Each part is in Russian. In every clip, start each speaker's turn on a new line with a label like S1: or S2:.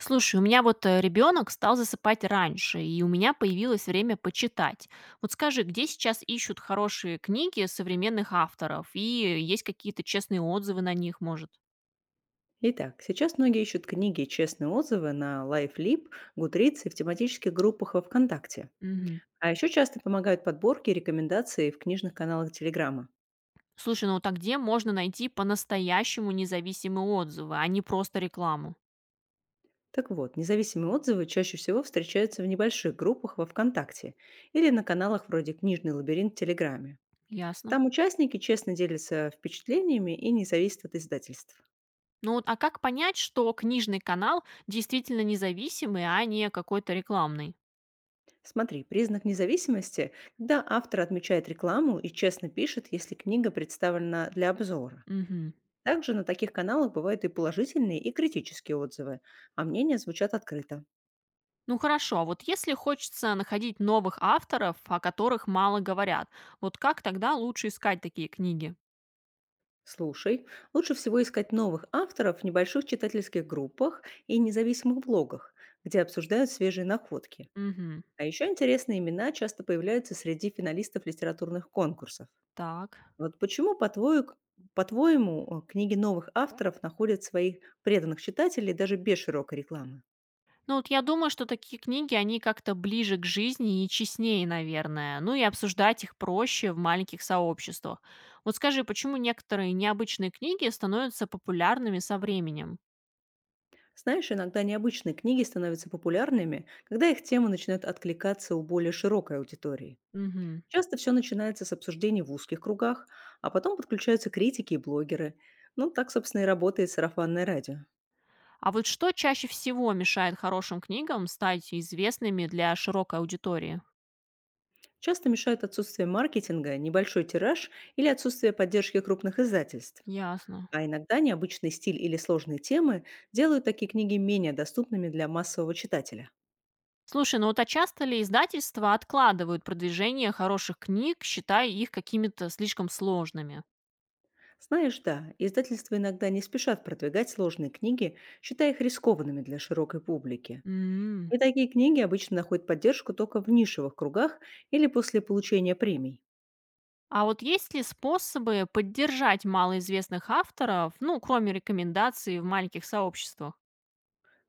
S1: Слушай, у меня вот ребенок стал засыпать раньше, и у меня появилось время почитать. Вот скажи, где сейчас ищут хорошие книги современных авторов? И есть какие-то честные отзывы на них, может?
S2: Итак, сейчас многие ищут книги и честные отзывы на LifeLib, Goodreads и в тематических группах во ВКонтакте.
S1: Мгм.
S2: А еще часто помогают подборки и рекомендации в книжных каналах Телеграма.
S1: Слушай, ну так где можно найти по-настоящему независимые отзывы, а не просто рекламу?
S2: Так вот, независимые отзывы чаще всего встречаются в небольших группах во ВКонтакте или на каналах вроде «Книжный лабиринт» в Телеграме.
S1: Ясно.
S2: Там участники честно делятся впечатлениями и не зависят от издательств.
S1: Ну вот, а как понять, что книжный канал действительно независимый, а не какой-то рекламный?
S2: Смотри, признак независимости – когда автор отмечает рекламу и честно пишет, если книга представлена для обзора.
S1: Мгм.
S2: Также на таких каналах бывают и положительные, и критические отзывы, а мнения звучат открыто.
S1: Ну хорошо, а вот если хочется находить новых авторов, о которых мало говорят, вот как тогда лучше искать такие книги?
S2: Слушай, лучше всего искать новых авторов в небольших читательских группах и независимых блогах, где обсуждают свежие находки.
S1: Мгм.
S2: А еще интересные имена часто появляются среди финалистов литературных конкурсов.
S1: Так.
S2: Вот почему, по-твоему, книги новых авторов находят своих преданных читателей даже без широкой рекламы?
S1: Ну вот я думаю, что такие книги, они как-то ближе к жизни и честнее, наверное. Ну и обсуждать их проще в маленьких сообществах. Вот скажи, почему некоторые необычные книги становятся популярными со временем?
S2: Знаешь, иногда необычные книги становятся популярными, когда их темы начинают откликаться у более широкой аудитории.
S1: Мгм.
S2: Часто все начинается с обсуждений в узких кругах, а потом подключаются критики и блогеры. Ну, так, собственно, и работает сарафанное радио.
S1: А вот что чаще всего мешает хорошим книгам стать известными для широкой аудитории?
S2: Часто мешают отсутствие маркетинга, небольшой тираж или отсутствие поддержки крупных издательств.
S1: Ясно.
S2: А иногда необычный стиль или сложные темы делают такие книги менее доступными для массового читателя.
S1: Слушай, ну вот а часто ли издательства откладывают продвижение хороших книг, считая их какими-то слишком сложными?
S2: Знаешь, да, издательства иногда не спешат продвигать сложные книги, считая их рискованными для широкой публики.
S1: М.
S2: И такие книги обычно находят поддержку только в нишевых кругах или после получения премий.
S1: А вот есть ли способы поддержать малоизвестных авторов, ну, кроме рекомендаций в маленьких сообществах?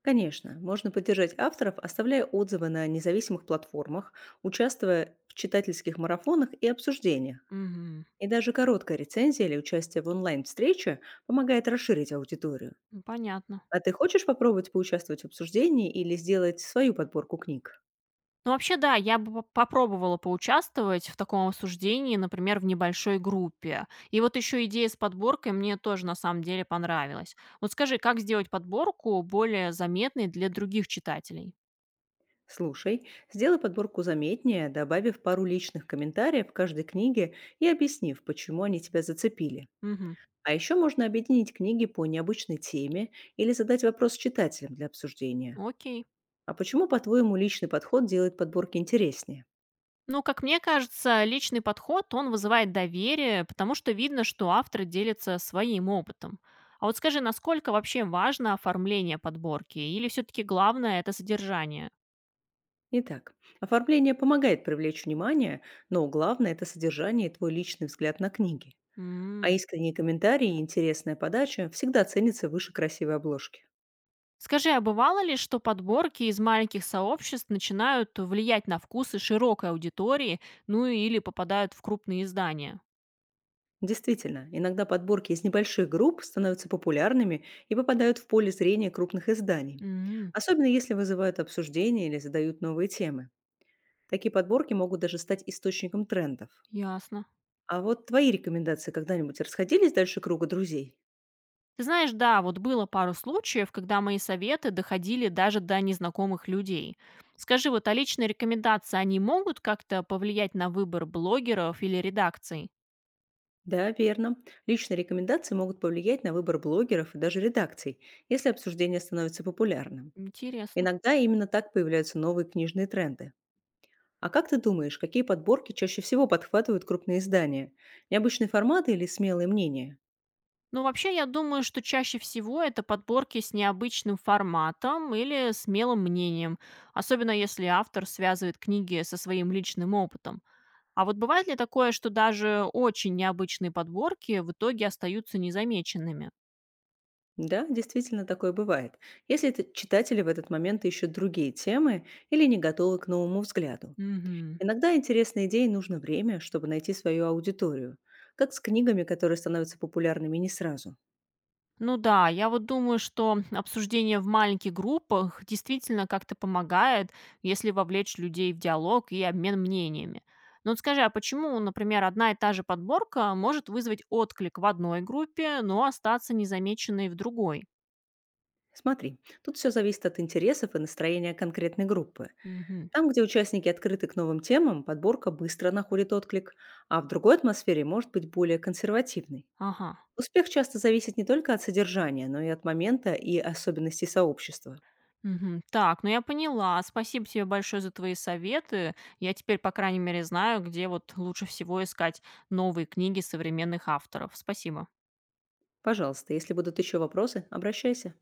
S2: Конечно, можно поддержать авторов, оставляя отзывы на независимых платформах, участвуя в читательских марафонах и обсуждениях.
S1: Мгм.
S2: И даже короткая рецензия или участие в онлайн-встрече помогает расширить аудиторию.
S1: Ну, понятно.
S2: А ты хочешь попробовать поучаствовать в обсуждении или сделать свою подборку книг?
S1: Ну, вообще, да, я бы попробовала поучаствовать в таком обсуждении, например, в небольшой группе. И вот еще идея с подборкой мне тоже на самом деле понравилась. Вот скажи, как сделать подборку более заметной для других читателей?
S2: Слушай, сделай подборку заметнее, добавив пару личных комментариев к каждой книге и объяснив, почему они тебя зацепили.
S1: Мгм.
S2: А еще можно объединить книги по необычной теме или задать вопрос читателям для обсуждения.
S1: Окей.
S2: А почему, по-твоему, личный подход делает подборки интереснее?
S1: Ну, как мне кажется, личный подход, он вызывает доверие, потому что видно, что автор делится своим опытом. А вот скажи, насколько вообще важно оформление подборки? Или все-таки главное это содержание?
S2: Итак, оформление помогает привлечь внимание, но главное – это содержание и твой личный взгляд на книги. А
S1: М.
S2: искренние комментарии и интересная подача всегда ценятся выше красивой обложки.
S1: Скажи, а бывало ли, что подборки из маленьких сообществ начинают влиять на вкусы широкой аудитории, ну или попадают в крупные издания?
S2: Действительно, иногда подборки из небольших групп становятся популярными и попадают в поле зрения крупных изданий,
S1: М.
S2: особенно если вызывают обсуждения или задают новые темы. Такие подборки могут даже стать источником трендов.
S1: Ясно.
S2: А вот твои рекомендации когда-нибудь расходились дальше круга друзей?
S1: Ты знаешь, да, вот было пару случаев, когда мои советы доходили даже до незнакомых людей. Скажи, вот а личные рекомендации, они могут как-то повлиять на выбор блогеров или редакций?
S2: Да, верно. Личные рекомендации могут повлиять на выбор блогеров и даже редакций, если обсуждение становится популярным.
S1: Интересно.
S2: Иногда именно так появляются новые книжные тренды. А как ты думаешь, какие подборки чаще всего подхватывают крупные издания? Необычные форматы или смелые мнения?
S1: Ну, вообще, я думаю, что чаще всего это подборки с необычным форматом или смелым мнением, особенно если автор связывает книги со своим личным опытом. А вот бывает ли такое, что даже очень необычные подборки в итоге остаются незамеченными?
S2: Да, действительно такое бывает, если это читатели в этот момент ищут другие темы или не готовы к новому взгляду.
S1: Мгм.
S2: Иногда интересной идее нужно время, чтобы найти свою аудиторию, как с книгами, которые становятся популярными не сразу.
S1: Ну да, я вот думаю, что обсуждение в маленьких группах действительно как-то помогает, если вовлечь людей в диалог и обмен мнениями. Ну вот скажи, а почему, например, одна и та же подборка может вызвать отклик в одной группе, но остаться незамеченной в другой?
S2: Смотри, тут все зависит от интересов и настроения конкретной группы.
S1: Мгм.
S2: Там, где участники открыты к новым темам, подборка быстро находит отклик, а в другой атмосфере может быть более консервативной.
S1: Ага.
S2: Успех часто зависит не только от содержания, но и от момента и особенностей сообщества.
S1: Мгм. Так, ну я поняла. Спасибо тебе большое за твои советы. Я теперь, по крайней мере, знаю, где вот лучше всего искать новые книги современных авторов. Спасибо.
S2: Пожалуйста, если будут еще вопросы, обращайся.